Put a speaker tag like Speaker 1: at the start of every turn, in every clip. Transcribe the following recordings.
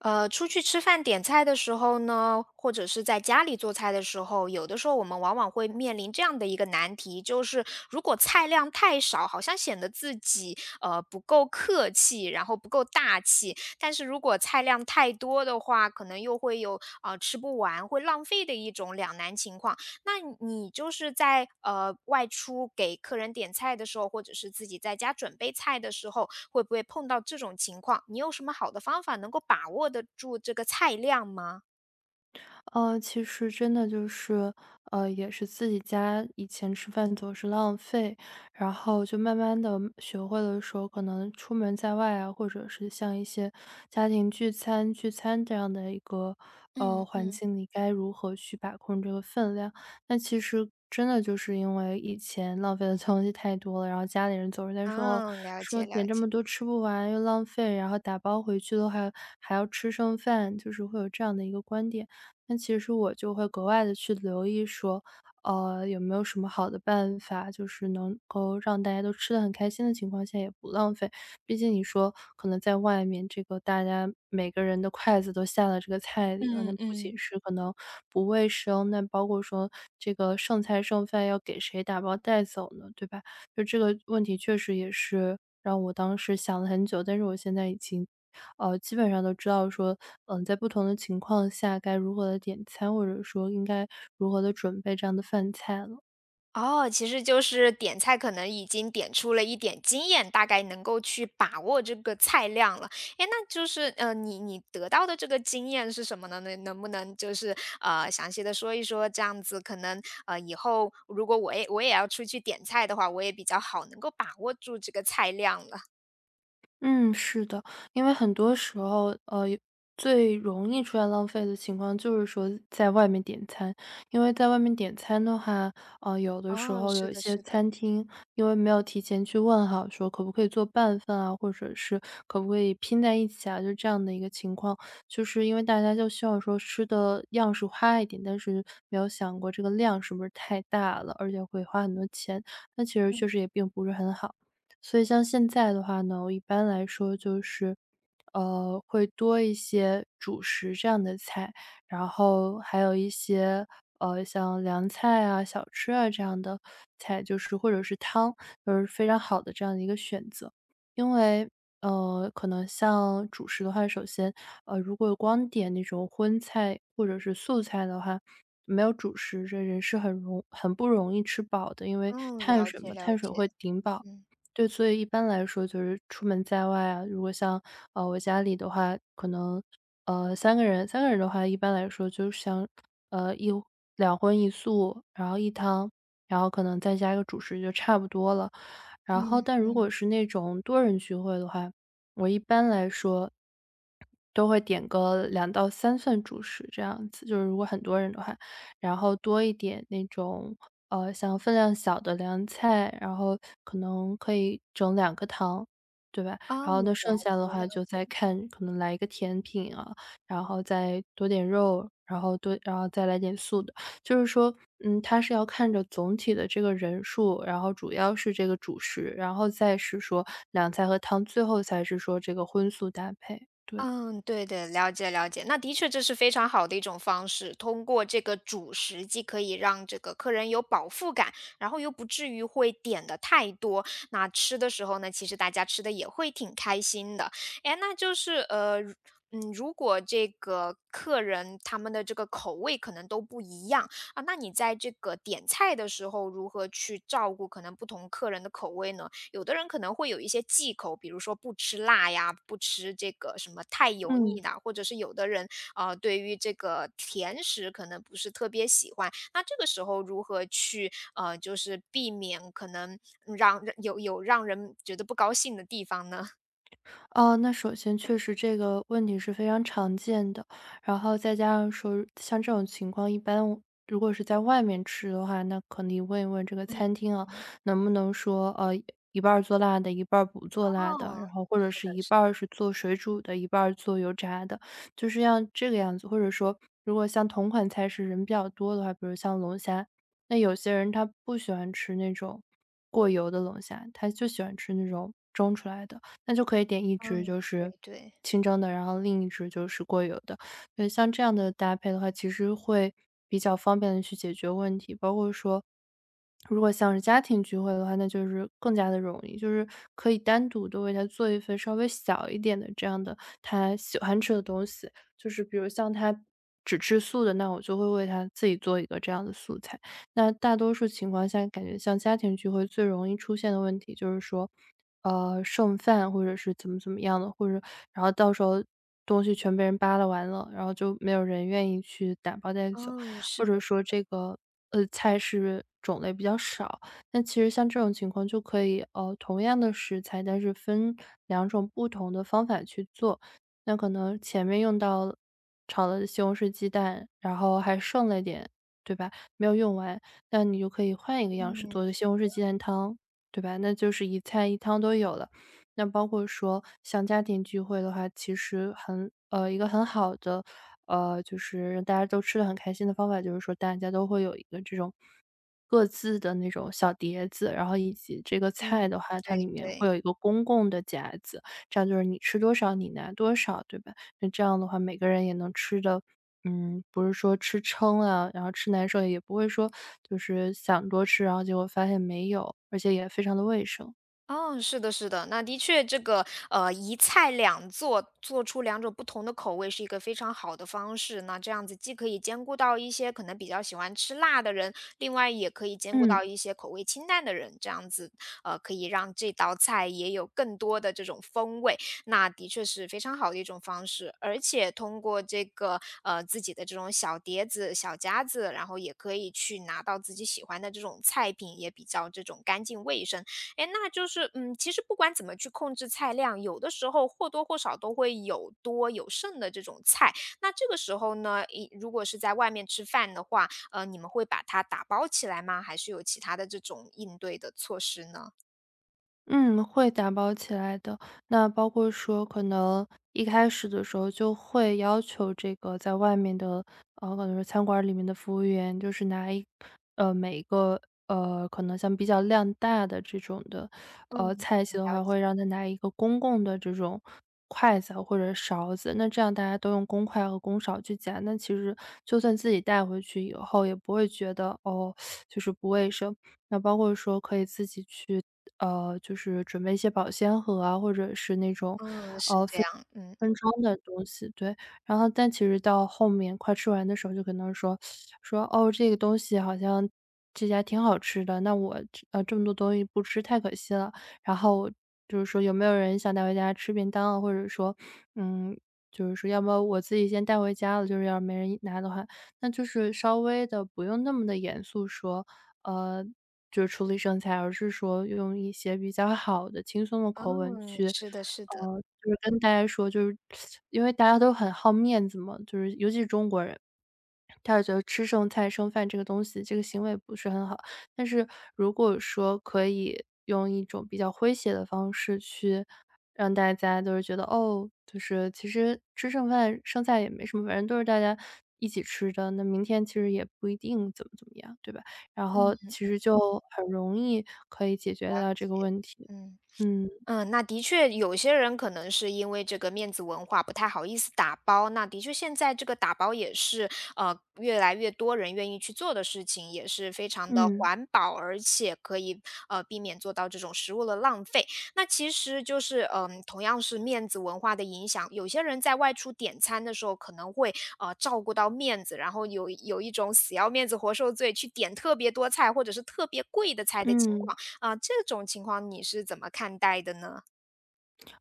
Speaker 1: 出去吃饭点菜的时候呢，或者是在家里做菜的时候，有的时候我们往往会面临这样的一个难题，就是如果菜量太少，好像显得自己不够客气，然后不够大气；但是如果菜量太多的话，可能又会有吃不完、会浪费的一种两难情况。那你就是在外出给客人点菜的时候，或者是自己在家准备菜的时候，会不会碰到这种情况？你有什么好的方法能够把握得住这个菜量吗？
Speaker 2: 其实真的就是，也是自己家以前吃饭总是浪费，然后就慢慢的学会了说可能出门在外啊，或者是像一些家庭聚餐这样的一个，
Speaker 1: 嗯
Speaker 2: 环
Speaker 1: 嗯。
Speaker 2: 境你该如何去把控这个分量。那其实真的就是因为以前浪费的东西太多了，然后家里人总是在说，哦，
Speaker 1: 哦，了
Speaker 2: 说
Speaker 1: 解
Speaker 2: 点
Speaker 1: 了
Speaker 2: 这么
Speaker 1: 解。
Speaker 2: 多吃不完又浪费，然后打包回去的话还要吃剩饭，就是会有这样的一个观点。那其实我就会格外的去留意说，有没有什么好的办法，就是能够让大家都吃的很开心的情况下也不浪费。毕竟你说可能在外面这个大家每个人的筷子都下了这个菜里了，那
Speaker 1: 嗯
Speaker 2: 不仅
Speaker 1: 嗯。
Speaker 2: 是可能不卫生，那包括说这个剩菜剩饭要给谁打包带走呢，对吧？就这个问题确实也是让我当时想了很久，但是我现在已经基本上都知道说，嗯，在不同的情况下该如何的点餐，或者说应该如何的准备这样的饭菜了。
Speaker 1: 哦，其实就是点菜可能已经点出了一点经验，大概能够去把握这个菜量了。诶，那就是，你得到的这个经验是什么呢？能不能就是，详细的说一说，这样子可能，以后如果我也要出去点菜的话，我也比较好能够把握住这个菜量了。
Speaker 2: 嗯，是的，因为很多时候，最容易出现浪费的情况就是说在外面点餐，因为在外面点餐的话，有的时
Speaker 1: 哦，
Speaker 2: 候有
Speaker 1: 是
Speaker 2: 一
Speaker 1: 的
Speaker 2: 些
Speaker 1: 是的。
Speaker 2: 餐厅，因为没有提前去问好，说可不可以做半份啊，或者是可不可以拼在一起啊，就这样的一个情况，就是因为大家就希望说吃的样式花一点，但是没有想过这个量是不是太大了，而且会花很多钱，那其实确实也并不是很好。所以像现在的话呢，我一般来说就是，会多一些主食这样的菜，然后还有一些，像凉菜啊、小吃啊这样的菜，就是或者是汤，都是非常好的这样的一个选择。因为，可能像主食的话，首先，如果光点那种荤菜或者是素菜的话，没有主食，这人是很容很不容易吃饱的，因为
Speaker 1: 嗯，
Speaker 2: 碳
Speaker 1: 了
Speaker 2: 水
Speaker 1: 解
Speaker 2: 嘛，
Speaker 1: 了
Speaker 2: 碳水
Speaker 1: 解，
Speaker 2: 会顶饱。
Speaker 1: 嗯。
Speaker 2: 对，所以一般来说就是出门在外啊，如果像，我家里的话，可能，三个人的话，一般来说就像，呃，一两荤一素，然后一汤，然后可能再加一个主食就差不多了。然后
Speaker 1: 嗯
Speaker 2: 但如
Speaker 1: 嗯。
Speaker 2: 果是那种多人聚会的话，我一般来说，都会点个两到三份主食这样子，就是如果很多人的话。然后多一点那种，像分量小的凉菜，然后可能可以整两个汤，对吧？
Speaker 1: 哦，
Speaker 2: 然后那剩
Speaker 1: 了
Speaker 2: 下的
Speaker 1: 解
Speaker 2: 话
Speaker 1: 了
Speaker 2: 就
Speaker 1: 解。
Speaker 2: 再看可能来一个甜品啊，然后再多点肉，然后多然后再来点素的。就是说，嗯，它是要看着总体的这个人数，然后主要是这个主食，然后再是说凉菜和汤，最后才是说这个荤素搭配，对。
Speaker 1: 嗯，对的，了解了解。那的确这是非常好的一种方式，通过这个主食既可以让这个客人有饱腹感，然后又不至于会点的太多。那吃的时候呢，其实大家吃的也会挺开心的。哎，那就是呃，如嗯，如果这个客人他们的这个口味可能都不一样啊，那你在这个点菜的时候如何去照顾可能不同客人的口味呢？有的人可能会有一些忌口，比如说不吃辣呀，不吃这个什么太油腻
Speaker 2: 嗯。
Speaker 1: 的，或者是有的人对于这个甜食可能不是特别喜欢。那这个时候如何去就是避免可能让有让人觉得不高兴的地方呢？
Speaker 2: 哦，那首先确实这个问题是非常常见的，然后再加上说像这种情况，一般我如果是在外面吃的话，那可以问一问这个
Speaker 1: 嗯
Speaker 2: 餐厅啊，
Speaker 1: 嗯
Speaker 2: 能不能说一半儿做辣的，一半儿不做辣的，然
Speaker 1: 哦，
Speaker 2: 后或者
Speaker 1: 是的，
Speaker 2: 是一
Speaker 1: 是
Speaker 2: 半儿
Speaker 1: 的，
Speaker 2: 是做水煮的，一半儿做油炸的，就是要这个样子。或者说，如果像同款菜是人比较多的话，比如像龙虾，那有些人他不喜欢吃那种过油的龙虾，他就喜欢吃那种蒸出来的。那就可以点一只
Speaker 1: 嗯，
Speaker 2: 就
Speaker 1: 对
Speaker 2: 是
Speaker 1: 对，
Speaker 2: 清蒸的，然后另一只就是过油的。对，像这样的搭配的话，其实会比较方便的去解决问题，包括说如果像是家庭聚会的话，那就是更加的容易，就是可以单独的为他做一份稍微小一点的这样的他喜欢吃的东西。就是比如像他只吃素的，那我就会为他自己做一个这样的素菜。那大多数情况下，感觉像家庭聚会最容易出现的问题就是说，剩饭或者是怎么怎么样的，或者然后到时候东西全被人扒拉完了，然后就没有人愿意去打包带走，
Speaker 1: 嗯，是
Speaker 2: 或
Speaker 1: 的，
Speaker 2: 者说这个菜是种类比较少。那其实像这种情况就可以，同样的食材，但是分两种不同的方法去做。那可能前面用到炒了西红柿鸡蛋，然后还剩了一点，对吧？没有用完，那你就可以换一个样式
Speaker 1: 嗯
Speaker 2: 做个西红柿鸡蛋汤，对吧？那就是一菜一汤都有了。那包括说像家庭聚会的话，其实很一个很好的，就是让大家都吃的很开心的方法，就是说大家都会有一个这种各自的那种小碟子，然后以及这个菜
Speaker 1: 嗯，
Speaker 2: 的话，它
Speaker 1: 对
Speaker 2: 里面会
Speaker 1: 对。
Speaker 2: 有一个公共的夹子，这样就是你吃多少你拿多少，对吧？那这样的话，每个人也能吃的，嗯，不是说吃撑啊，然后吃难受，也不会说就是想多吃，然后结果发现没有，而且也非常的卫生。
Speaker 1: 哦，是的，是的，那的确，这个一菜两做，做出两种不同的口味是一个非常好的方式。那这样子既可以兼顾到一些可能比较喜欢吃辣的人，另外也可以兼顾
Speaker 2: 嗯。
Speaker 1: 到一些口味清淡的人，这样子可以让这道菜也有更多的这种风味。那的确是非常好的一种方式，而且通过这个自己的这种小碟子、小夹子，然后也可以去拿到自己喜欢的这种菜品，也比较这种干净卫生。哎诶，那就是，嗯，其实不管怎么去控制菜量，有的时候或多或少都会有多有剩的这种菜。那这个时候呢，如果是在外面吃饭的话，你们会把它打包起来吗？还是有其他的这种应对的措施呢？
Speaker 2: 嗯，会打包起来的。那包括说可能一开始的时候就会要求这个在外面的，可能是餐馆里面的服务员，就是拿一每一个，可能像比较量大的这种的，
Speaker 1: 嗯，
Speaker 2: 菜系的
Speaker 1: 了
Speaker 2: 话，
Speaker 1: 解，
Speaker 2: 会让他拿一个公共的这种筷子啊或者勺子，那这样大家都用公筷和公勺去夹，那其实就算自己带回去以后也不会觉得，哦，就是不卫生。那包括说可以自己去，就是准备一些保鲜盒啊，或者是那种
Speaker 1: 嗯，是这样，嗯，
Speaker 2: 分装的东西，对。然后但其实到后面快吃完的时候，就可能说：“哦，这个东西好像这家挺好吃的，那我这这么多东西不吃太可惜了。"然后就是说有没有人想带回家吃便当啊，或者说，嗯，就是说要么我自己先带回家了，就是要是没人拿的话，那就是稍微的不用那么的严肃说，呃就是处理剩菜，而是说用一些比较好的、轻松的
Speaker 1: 嗯，
Speaker 2: 口吻去，
Speaker 1: 是的，是的，
Speaker 2: 就是跟大家说，就是因为大家都很好面子嘛，就是尤其是中国人，他是觉得吃剩菜、剩饭这个东西，这个行为不是很好。但是如果说可以用一种比较诙谐的方式去让大家都是觉得，哦，就是其实吃剩饭、剩菜也没什么，反正都是大家一起吃的，那明天其实也不一定怎么怎么样，对吧？然后其实就很容易可以解决
Speaker 1: 了
Speaker 2: 到这个问题。
Speaker 1: 嗯。
Speaker 2: 嗯，
Speaker 1: 嗯，那的确，有些人可能是因为这个面子文化不太好意思打包。那的确，现在这个打包也是越来越多人愿意去做的事情，也是非常的
Speaker 2: 嗯，
Speaker 1: 环保，而且可以避免做到这种食物的浪费。那其实就是同样是面子文化的影响，有些人在外出点餐的时候可能会照顾到面子，然后有一种死要面子活受罪，去点特别多菜或者是特别贵的菜的情
Speaker 2: 嗯。
Speaker 1: 况。啊，这种情况你是怎么看待的呢？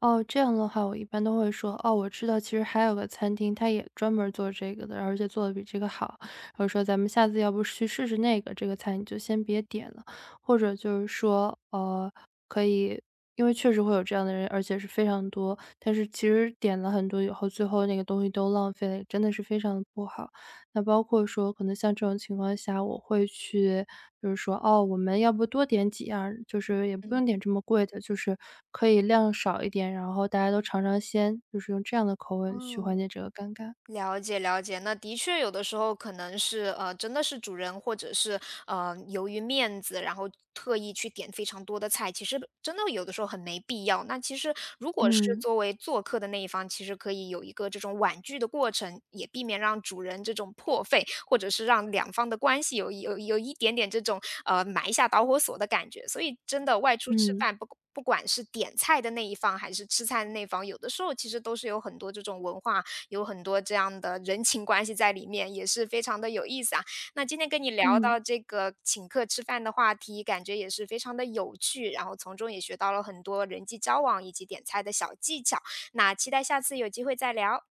Speaker 2: 哦，这样的话我一般都会说："哦，我知道其实还有个餐厅，它也专门儿做这个的，而且做的比这个好。"我说："咱们下次要不去试试那个，这个菜你就先别点了。"或者就是说，可以因为确实会有这样的人，而且是非常多，但是其实点了很多以后，最后那个东西都浪费了，也真的是非常的不好。那包括说可能像这种情况下，我会去就是说，哦，我们要不多点几样儿就是也不
Speaker 1: 嗯。
Speaker 2: 用点这么贵的，就是可以量少一点，然后大家都尝尝鲜，就是用这样的口吻去
Speaker 1: 哦。
Speaker 2: 缓解这个尴尬。
Speaker 1: 了解了解，那的确有的时候可能是真的是主人或者是由于面子，然后特意去点非常多的菜，其实真的有的时候很没必要。那其实如果是
Speaker 2: 嗯，
Speaker 1: 作为做客的那一方，其实可以有一个这种婉拒的过程，也避免让主人这种破费，或者是让两方的关系有一点点这种埋下导火索的感觉。所以真的外出吃
Speaker 2: 嗯，
Speaker 1: 饭不。不管是点菜的那一方还是吃菜的那一方，有的时候其实都是有很多这种文化有很多这样的人情关系在里面，也是非常的有意思啊。那今天跟你聊
Speaker 2: 嗯，
Speaker 1: 到这个请客吃饭的话题，感觉也是非常的有趣，然后从中也学到了很多人际交往以及点菜的小技巧。那期待下次有机会再聊。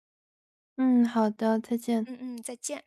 Speaker 2: 嗯，好的，再见。
Speaker 1: 嗯嗯，再见。